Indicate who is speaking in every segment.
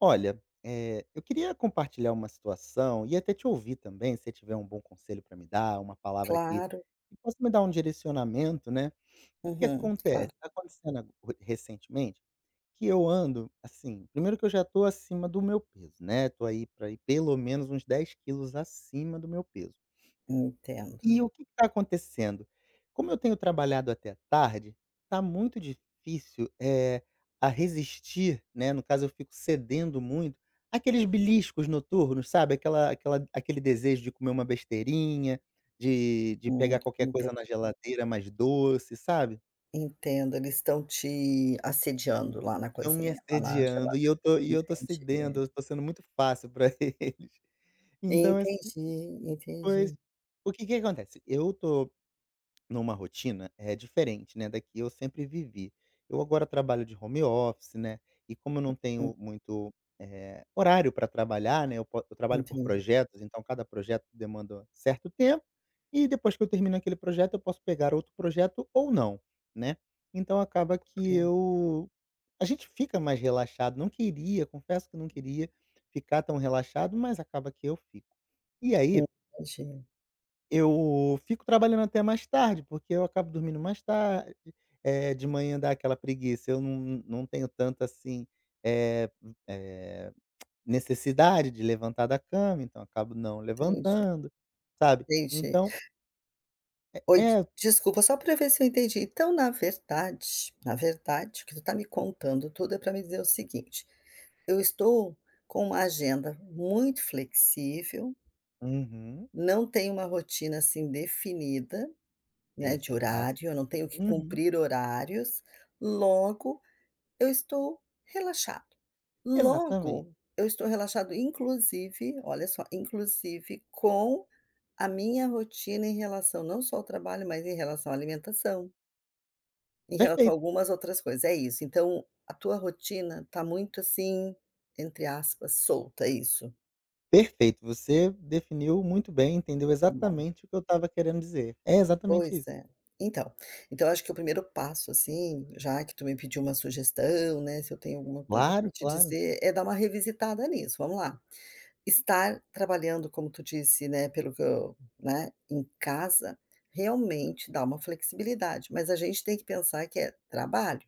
Speaker 1: Olha, eu queria compartilhar uma situação e até te ouvir também, se você tiver um bom conselho para me dar, uma palavra que
Speaker 2: Claro.
Speaker 1: que possa me dar um direcionamento, né.
Speaker 2: Uhum, claro.
Speaker 1: Está acontecendo ago recentemente que eu ando, assim, primeiro que eu já estou acima do meu peso, né, estou aí para ir pelo menos uns 10 quilos acima do meu peso.
Speaker 2: Entendo.
Speaker 1: E o que está acontecendo? Como eu tenho trabalhado até tarde, está muito difícil, a resistir, né, no caso eu fico cedendo muito. Aqueles beliscos noturnos, sabe, aquela aquela aquele desejo de comer uma besteirinha, de
Speaker 2: Hum,
Speaker 1: pegar qualquer
Speaker 2: enten
Speaker 1: coisa na geladeira mais doce, sabe.
Speaker 2: Entendo, eles estão te assediando lá na
Speaker 1: Estão me
Speaker 2: cozinha, lá na
Speaker 1: assediando e eu
Speaker 2: geladeira.
Speaker 1: tô e eu tô
Speaker 2: Entendi.
Speaker 1: cedendo, eu tô sendo muito fácil para eles. Então assim,
Speaker 2: Entendi,
Speaker 1: pois,
Speaker 2: entendi.
Speaker 1: o que que acontece? Eu tô numa rotina, é diferente, né, da que eu sempre vivi. Eu agora trabalho de home office, né, e como eu não
Speaker 2: Hum,
Speaker 1: tenho muito, horário para trabalhar, né, eu trabalho por
Speaker 2: Entendi,
Speaker 1: projetos, então cada projeto demanda certo tempo, e depois que eu termino aquele projeto eu posso pegar outro projeto ou não, né. Então acaba que
Speaker 2: compreendo.
Speaker 1: eu a gente fica mais relaxado, não queria, confesso que não queria ficar tão relaxado, mas acaba que eu fico. E aí
Speaker 2: Entendi,
Speaker 1: eu fico trabalhando até mais tarde, porque eu acabo dormindo mais tarde, de manhã dá aquela preguiça, eu não tenho tanta, assim, eh eh, necessidade de levantar da cama, então acabo não
Speaker 2: entendi,
Speaker 1: levantando, sabe.
Speaker 2: entendi.
Speaker 1: Então
Speaker 2: Oi, d
Speaker 1: é.
Speaker 2: desculpa, só para ver se eu entendi. Então, na verdade, o que tu tá me contando tudo é para me dizer o seguinte: eu estou com uma agenda muito flexível,
Speaker 1: Uhum.
Speaker 2: não tenho uma rotina, assim, definida, né, de
Speaker 1: Exato.
Speaker 2: horário, eu não tenho que
Speaker 1: Uhum.
Speaker 2: cumprir horários, logo eu estou relaxado.
Speaker 1: Exatamente.
Speaker 2: Logo, eu estou relaxado inclusive, olha só, inclusive com a minha rotina em relação não só ao trabalho, mas em relação à alimentação, em relação a
Speaker 1: Perfeito,
Speaker 2: algumas outras coisas, é isso. Então a tua rotina está muito, assim, entre aspas, solta, é isso?
Speaker 1: perfeito, você definiu muito bem, entendeu
Speaker 2: Tá bom.
Speaker 1: exatamente o que eu estava querendo dizer. É exatamente
Speaker 2: Pois
Speaker 1: isso.
Speaker 2: é. Então então acho que o primeiro passo, assim, já que tu me pediu uma sugestão, né, se eu tenho alguma coisa para
Speaker 1: Claro,
Speaker 2: te
Speaker 1: claro.
Speaker 2: dizer, é dar uma revisitada nisso, vamos lá. Estar trabalhando, como tu disse, né, pelo que eu né, em casa, realmente dá uma flexibilidade, mas a gente tem que pensar que é trabalho.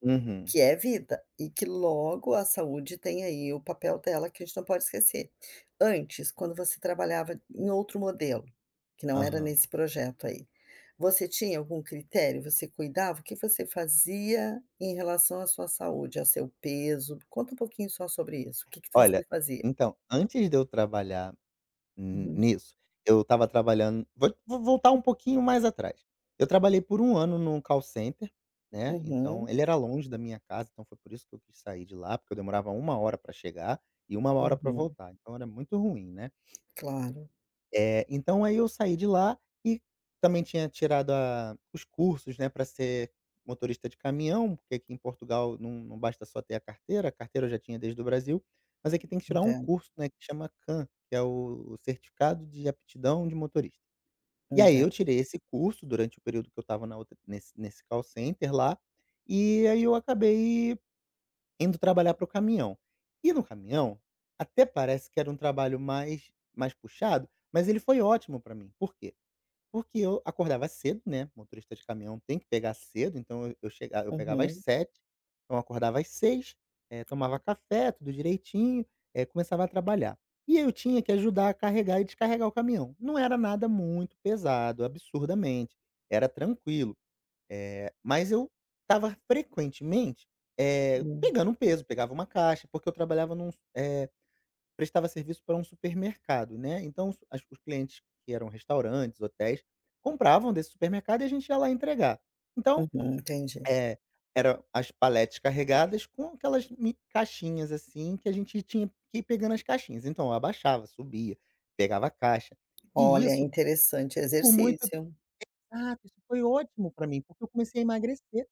Speaker 1: Uhum.
Speaker 2: Que é vida, e que logo a saúde tem aí o papel dela que a gente não pode esquecer. Antes, quando você trabalhava em outro modelo, que não era
Speaker 1: Aham.
Speaker 2: nesse projeto aí, você tinha algum critério? Você cuidava? O que você fazia em relação à sua saúde, ao seu peso? Conta um pouquinho só sobre isso. O que que você
Speaker 1: Olha,
Speaker 2: fazia?
Speaker 1: então, antes de eu trabalhar n
Speaker 2: Uhum.
Speaker 1: nisso, eu estava trabalhando, vou voltar um pouquinho mais atrás. Eu trabalhei por um ano num call center, né, então
Speaker 2: Uhum,
Speaker 1: ele era longe da minha casa, então foi por isso que eu quis sair de lá, porque eu demorava uma hora para chegar e uma hora para
Speaker 2: uhum.
Speaker 1: voltar, então era muito ruim, né.
Speaker 2: Claro,
Speaker 1: É, então aí eu saí de lá e também tinha tirado a os cursos, né, para ser motorista de caminhão, porque aqui em Portugal não basta só ter a carteira eu já tinha desde o Brasil, mas aqui tem que tirar um
Speaker 2: entendo,
Speaker 1: curso, né, que chama CAN, que é o Certificado de Aptidão de Motorista. E aí
Speaker 2: entendo.
Speaker 1: eu tirei esse curso durante o período que eu estava na nesse call center lá, e aí eu acabei indo trabalhar para o caminhão. E no caminhão, até parece que era um trabalho mais puxado, mas ele foi ótimo para mim. Por quê? Porque eu acordava cedo, né, motorista de caminhão tem que pegar cedo, então eu pegava às
Speaker 2: Uhum,
Speaker 1: 7h, então eu acordava às seis, tomava café, tudo direitinho, começava a trabalhar. E eu tinha que ajudar a carregar e descarregar o caminhão. Não era nada muito pesado, absurdamente, era tranquilo. Mas eu estava frequentemente,
Speaker 2: hum,
Speaker 1: pegando um peso, pegava uma caixa, porque eu trabalhava eh, prestava serviço para um supermercado, né, então os clientes, que eram restaurantes, hotéis, compravam desse supermercado e a gente ia lá entregar. Então,
Speaker 2: uhum, entendi.
Speaker 1: eh, era as paletes carregadas com aquelas mi caixinhas, assim, que a gente tinha que ir pegando as caixinhas. Então eu abaixava, subia, pegava a caixa. E
Speaker 2: Olha,
Speaker 1: isso
Speaker 2: interessante
Speaker 1: por muito
Speaker 2: exercício.
Speaker 1: Exato, isso foi ótimo para mim, porque eu comecei a emagrecer.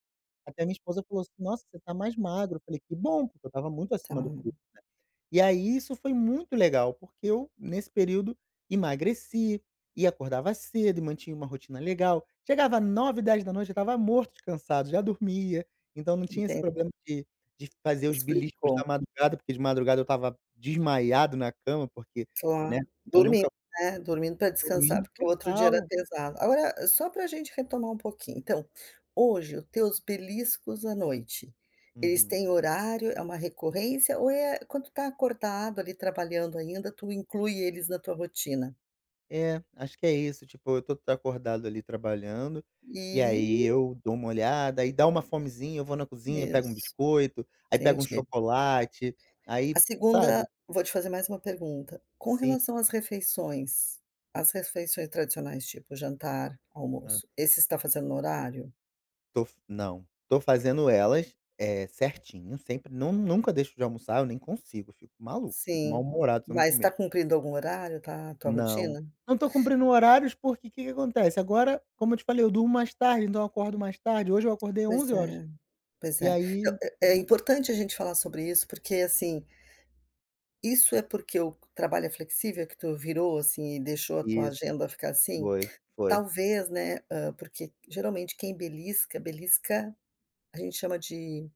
Speaker 1: Até minha esposa falou assim: "Nossa, você tá mais magro". Eu falei: "Que bom", porque eu estava muito
Speaker 2: Tá,
Speaker 1: acima do peso. E aí isso foi muito legal, porque eu, nesse período, emagreci e acordava cedo e mantinha uma rotina legal. Chegava nove dez da noite eu estava morto de cansado, já dormia, então não tinha esse
Speaker 2: entendi.
Speaker 1: problema de fazer os beliscos da
Speaker 2: Explicou,
Speaker 1: madrugada, porque de madrugada eu estava desmaiado na cama, porque, né,
Speaker 2: claro.
Speaker 1: eu
Speaker 2: Dormindo,
Speaker 1: nunca,
Speaker 2: né, dormindo para descansar,
Speaker 1: dormindo
Speaker 2: porque o outro dia era
Speaker 1: total.
Speaker 2: pesado. Agora, só para a gente retomar um pouquinho, então, hoje os teus beliscos à noite, eles
Speaker 1: Uhum.
Speaker 2: têm horário, é uma recorrência ou é quando tá acordado ali trabalhando ainda, tu inclui eles na tua rotina?
Speaker 1: É, acho que é isso, tipo, eu tô acordado ali trabalhando,
Speaker 2: E
Speaker 1: e aí eu dou uma olhada, aí dá uma fomezinha, eu vou na cozinha, pego um
Speaker 2: isso,
Speaker 1: biscoito, aí pego um
Speaker 2: entendi.
Speaker 1: chocolate,
Speaker 2: A
Speaker 1: aí, sabe?
Speaker 2: segunda vou te fazer mais uma pergunta, com
Speaker 1: Sim.
Speaker 2: relação às refeições, as refeições tradicionais, tipo jantar,
Speaker 1: Hã.
Speaker 2: almoço, esse está fazendo no horário?
Speaker 1: Tô f Não, tô fazendo elas, é certinho, sempre não nunca deixo de almoçar, eu nem consigo, fico maluco, fico
Speaker 2: Sim,
Speaker 1: mal-humorado se eu não
Speaker 2: mas está
Speaker 1: comer.
Speaker 2: cumprindo algum horário, tá a tua
Speaker 1: Não.
Speaker 2: rotina?
Speaker 1: Não tô cumprindo horários, porque o que que acontece? Agora, como eu te falei, eu durmo mais tarde, então eu acordo mais tarde, hoje eu acordei
Speaker 2: Pois
Speaker 1: 11 horas.
Speaker 2: é, pois
Speaker 1: E
Speaker 2: é.
Speaker 1: aí,
Speaker 2: Então, é
Speaker 1: né?
Speaker 2: importante a gente falar sobre isso, porque, assim, isso é porque o trabalho é flexível que tu virou, assim, e deixou a tua
Speaker 1: Isso.
Speaker 2: agenda ficar assim?
Speaker 1: Foi, foi.
Speaker 2: Talvez, né, porque geralmente quem belisca, belisca a gente chama de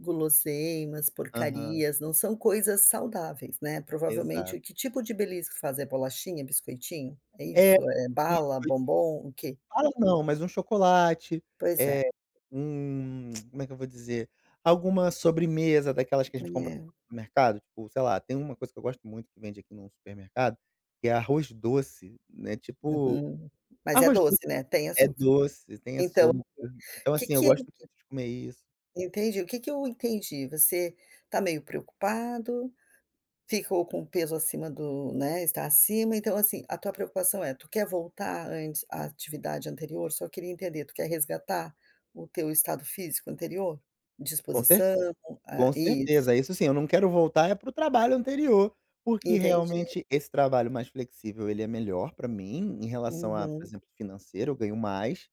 Speaker 2: guloseimas,
Speaker 1: Aham,
Speaker 2: porcarias, não são coisas saudáveis, né,
Speaker 1: exato.
Speaker 2: provavelmente que tipo de belisco faz? É bolachinha, biscoitinho? É
Speaker 1: É,
Speaker 2: isso? É
Speaker 1: assim,
Speaker 2: bala,
Speaker 1: foi
Speaker 2: bombom, o quê?
Speaker 1: fala não, mas um chocolate,
Speaker 2: Pois
Speaker 1: eh,
Speaker 2: é.
Speaker 1: um, como é que eu vou dizer? Alguma sobremesa daquelas que a gente compra
Speaker 2: É,
Speaker 1: no mercado, tipo, sei lá, tem uma coisa que eu gosto muito que vende aqui num supermercado, que é arroz doce, né, tipo,
Speaker 2: uhum. Mas é
Speaker 1: arroz doce
Speaker 2: doce, né, tem
Speaker 1: é
Speaker 2: açúcar.
Speaker 1: doce, tem
Speaker 2: Então,
Speaker 1: açúcar, então
Speaker 2: que
Speaker 1: assim, eu
Speaker 2: que eu
Speaker 1: gosto muito de comer isso.
Speaker 2: o que que eu entendi? Você tá meio preocupado, ficou com o peso acima do né, está acima, então assim, a tua preocupação é, tu quer voltar antes à atividade anterior? Só queria entender, tu quer resgatar o teu estado físico anterior?
Speaker 1: Com
Speaker 2: Disposição, ah,
Speaker 1: Com
Speaker 2: isso,
Speaker 1: certeza, isso sim, eu não quero voltar é pro trabalho anterior, porque
Speaker 2: entendi.
Speaker 1: realmente esse trabalho mais flexível ele é melhor para mim, em relação a, por
Speaker 2: Uhum,
Speaker 1: exemplo, financeiro, eu ganho mais,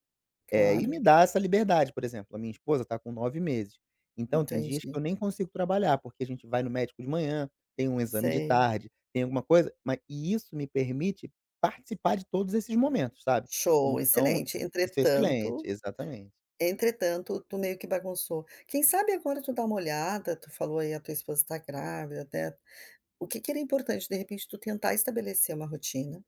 Speaker 1: e me
Speaker 2: claro,
Speaker 1: dá essa liberdade, por exemplo, a minha esposa tá com 9 meses, então tem dias que
Speaker 2: entendi.
Speaker 1: eu nem consigo trabalhar, porque a gente vai no médico de manhã, tem um exame de
Speaker 2: Sei.
Speaker 1: tarde, tem alguma coisa, mas e isso me permite participar de todos esses momentos, sabe.
Speaker 2: Show,
Speaker 1: Então,
Speaker 2: excelente.
Speaker 1: isso é excelente,
Speaker 2: Entretanto
Speaker 1: exatamente.
Speaker 2: entretanto, tu meio que bagunçou. Quem sabe agora tu dá uma olhada, tu falou aí a tua esposa está grávida, né. O que que era importante, de repente, tu tentar estabelecer uma rotina,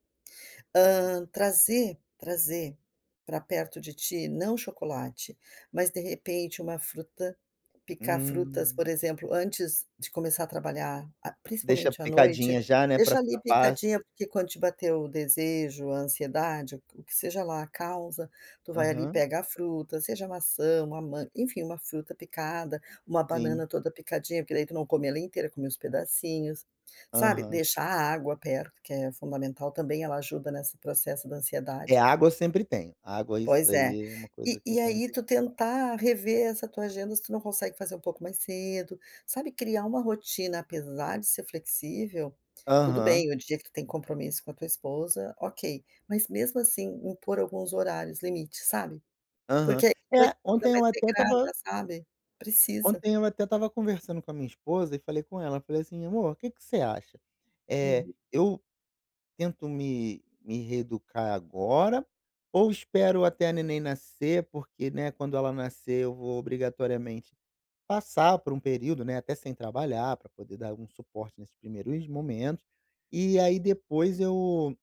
Speaker 1: Uhum.
Speaker 2: Hã, trazer trazer para perto de ti, não chocolate, mas de repente uma fruta, picar frutas,
Speaker 1: Hum,
Speaker 2: por exemplo, antes de começar a trabalhar, a
Speaker 1: deixa
Speaker 2: principalmente à noite,
Speaker 1: picadinha já, né, pra
Speaker 2: deixa ali
Speaker 1: ficar fácil.
Speaker 2: picadinha, porque quando te bater o desejo, a ansiedade, o que seja lá a causa, tu vai ali e
Speaker 1: Aham,
Speaker 2: pega a fruta, seja maçã, uma man enfim, uma fruta picada, uma banana
Speaker 1: sim.
Speaker 2: toda picadinha, porque daí tu não come ela inteira, come os pedacinhos. Sabe,
Speaker 1: Aham.
Speaker 2: deixar a água perto, que é fundamental também, ela ajuda nesse processo da
Speaker 1: É,
Speaker 2: ansiedade.
Speaker 1: água eu sempre tenho. Água, isso
Speaker 2: Pois é.
Speaker 1: daí é uma
Speaker 2: E
Speaker 1: coisa que eu
Speaker 2: e
Speaker 1: não
Speaker 2: aí
Speaker 1: deixo
Speaker 2: tu
Speaker 1: de lado.
Speaker 2: tentar rever essa tua agenda, se tu não consegue fazer um pouco mais cedo, sabe, criar uma rotina, apesar de ser flexível, tudo
Speaker 1: Aham,
Speaker 2: bem, o dia que tu tem compromisso com a tua esposa, ok, mas mesmo assim, impor alguns horários, limites, sabe,
Speaker 1: aham.
Speaker 2: porque aí vai ter
Speaker 1: É,
Speaker 2: uma vida mais regrada, sabe. Precisa.
Speaker 1: ontem eu até estava conversando com a minha esposa e falei com ela, falei assim: "Amor, o que que você acha? Eh,
Speaker 2: Uhum.
Speaker 1: eu tento me reeducar agora ou espero até a neném nascer, porque, né, quando ela nascer eu vou obrigatoriamente" passar por um período, né, até sem trabalhar, para poder dar um suporte nesses primeiros momentos, e aí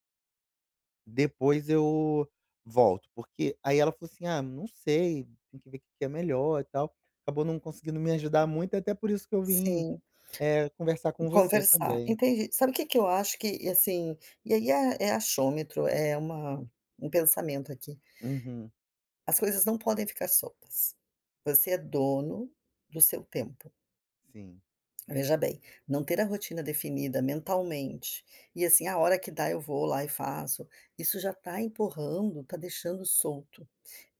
Speaker 1: depois eu volto, porque aí ela falou assim: "Ah, não sei, tem que ver o que que é melhor e tal", acabou não conseguindo me ajudar muito, até por isso que eu vim,
Speaker 2: Sim.
Speaker 1: conversar com você
Speaker 2: Conversar,
Speaker 1: também.
Speaker 2: entendi. Sabe o que que eu acho que, e assim, e aí é achômetro, é uma um pensamento aqui,
Speaker 1: Uhum,
Speaker 2: as coisas não podem ficar soltas. Você é dono do seu tempo.
Speaker 1: sim.
Speaker 2: Veja bem, não ter a rotina definida mentalmente, e assim, a hora que dá eu vou lá e faço, isso já está empurrando, está deixando solto.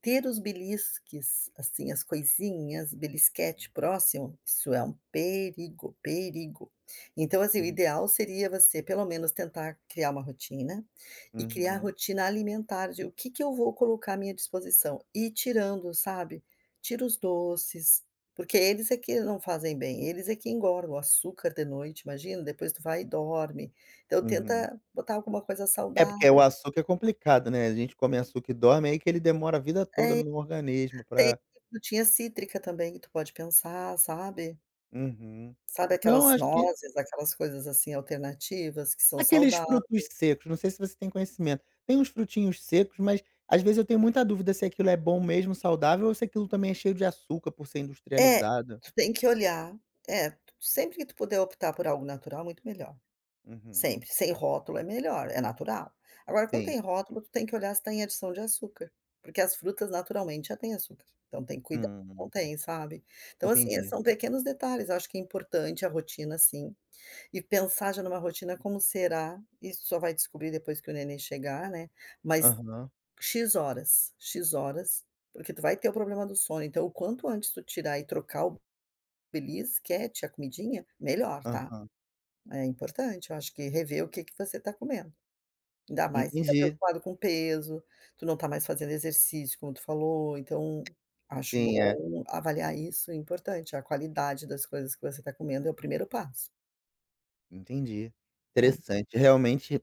Speaker 2: Ter os belisques, assim, as coisinhas, belisquete próximo, isso é um perigo, perigo. Então, assim, o
Speaker 1: Hum,
Speaker 2: ideal seria você pelo menos tentar criar uma rotina, e criar a
Speaker 1: uhum,
Speaker 2: rotina alimentar de o que que eu vou colocar à minha disposição, e ir tirando, sabe. Tira os doces, porque eles é que não fazem bem, eles é que engordam, o açúcar de noite, imagina, depois tu vai e dorme. Então
Speaker 1: uhum.
Speaker 2: tenta botar alguma coisa
Speaker 1: É porque o
Speaker 2: saudável.
Speaker 1: açúcar é complicado, né, a gente come açúcar e dorme, é aí que ele demora a vida
Speaker 2: É.
Speaker 1: toda no organismo
Speaker 2: Tem
Speaker 1: pra.
Speaker 2: frutinha cítrica também, tu pode pensar, sabe.
Speaker 1: Uhum.
Speaker 2: Sabe
Speaker 1: Não,
Speaker 2: aquelas
Speaker 1: acho que,
Speaker 2: nozes, aquelas coisas, assim, alternativas que são
Speaker 1: aqueles
Speaker 2: saudáveis.
Speaker 1: frutos secos, não sei se você tem conhecimento. Tem uns frutinhos secos, mas às vezes eu tenho muita dúvida se aquilo é bom mesmo, saudável, ou se aquilo também é cheio de açúcar por ser
Speaker 2: É,
Speaker 1: industrializado.
Speaker 2: tu tem que olhar. É, sempre que tu puder optar por algo natural, muito melhor.
Speaker 1: Uhum.
Speaker 2: Sempre, sem rótulo é melhor, é natural. Agora quando
Speaker 1: Sim.
Speaker 2: tem rótulo, tu tem que olhar se tá em adição de açúcar, porque as frutas naturalmente já têm açúcar, então tem que cuidar
Speaker 1: Hum,
Speaker 2: não tem, sabe. Então, assim,
Speaker 1: entendi.
Speaker 2: são pequenos detalhes, eu acho que é importante a rotina, assim e pensar já numa rotina como será, isso só vai descobrir depois que o neném chegar, né, mas
Speaker 1: Aham,
Speaker 2: X horas", porque tu vai ter o problema do sono, então o quanto antes tu tirar e trocar o belisquete, a comidinha, melhor, tá.
Speaker 1: aham.
Speaker 2: É importante, eu acho que rever o que que você tá comendo. Ainda mais se tá
Speaker 1: Entendi.
Speaker 2: preocupado com peso, tu não tá mais fazendo exercício, como tu falou, então acho
Speaker 1: Sim, é.
Speaker 2: bom avaliar isso, é importante, a qualidade das coisas que você tá comendo é o primeiro passo,
Speaker 1: Entendi.
Speaker 2: tá.
Speaker 1: Interessante. Realmente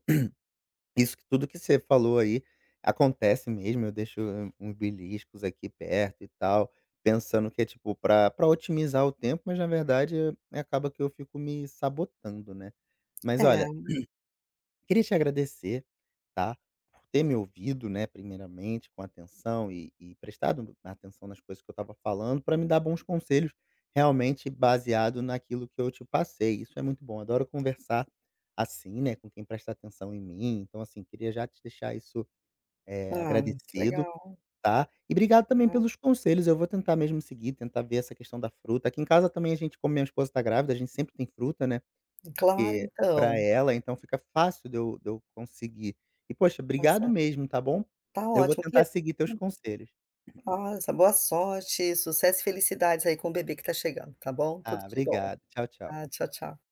Speaker 1: isso que tudo que você falou aí acontece mesmo, eu deixo um uns beliscos aqui perto e tal, pensando que é, tipo, pra otimizar o tempo, mas na verdade, acaba que eu fico me sabotando, né. Mas olha,
Speaker 2: É.
Speaker 1: queria te agradecer, tá, por ter me ouvido, né, primeiramente, com atenção e prestado atenção nas coisas que eu estava falando, para me dar bons conselhos, realmente baseado naquilo que eu te passei. Isso é muito bom, adoro conversar assim, né, com quem presta atenção em mim, então, assim, queria já te deixar isso,
Speaker 2: Ah, que
Speaker 1: agradecido,
Speaker 2: legal.
Speaker 1: tá. E obrigado também
Speaker 2: Hum,
Speaker 1: pelos conselhos, eu vou tentar mesmo seguir, tentar ver essa questão da fruta. Aqui em casa também a gente, como minha esposa está grávida, a gente sempre tem fruta, né,
Speaker 2: Claro,
Speaker 1: porque pra
Speaker 2: então.
Speaker 1: ela, então fica fácil de eu conseguir. E poxa, obrigado
Speaker 2: Nossa,
Speaker 1: mesmo, tá bom?
Speaker 2: tá
Speaker 1: Eu vou
Speaker 2: ótimo, que
Speaker 1: tentar
Speaker 2: legal.
Speaker 1: seguir teus conselhos.
Speaker 2: Nossa, boa sorte, sucesso e felicidades aí com o bebê que tá chegando, tá bom? Tudo
Speaker 1: Ah,
Speaker 2: de bom,
Speaker 1: obrigado. Tchau, tchau.
Speaker 2: tá? Tchau, tchau.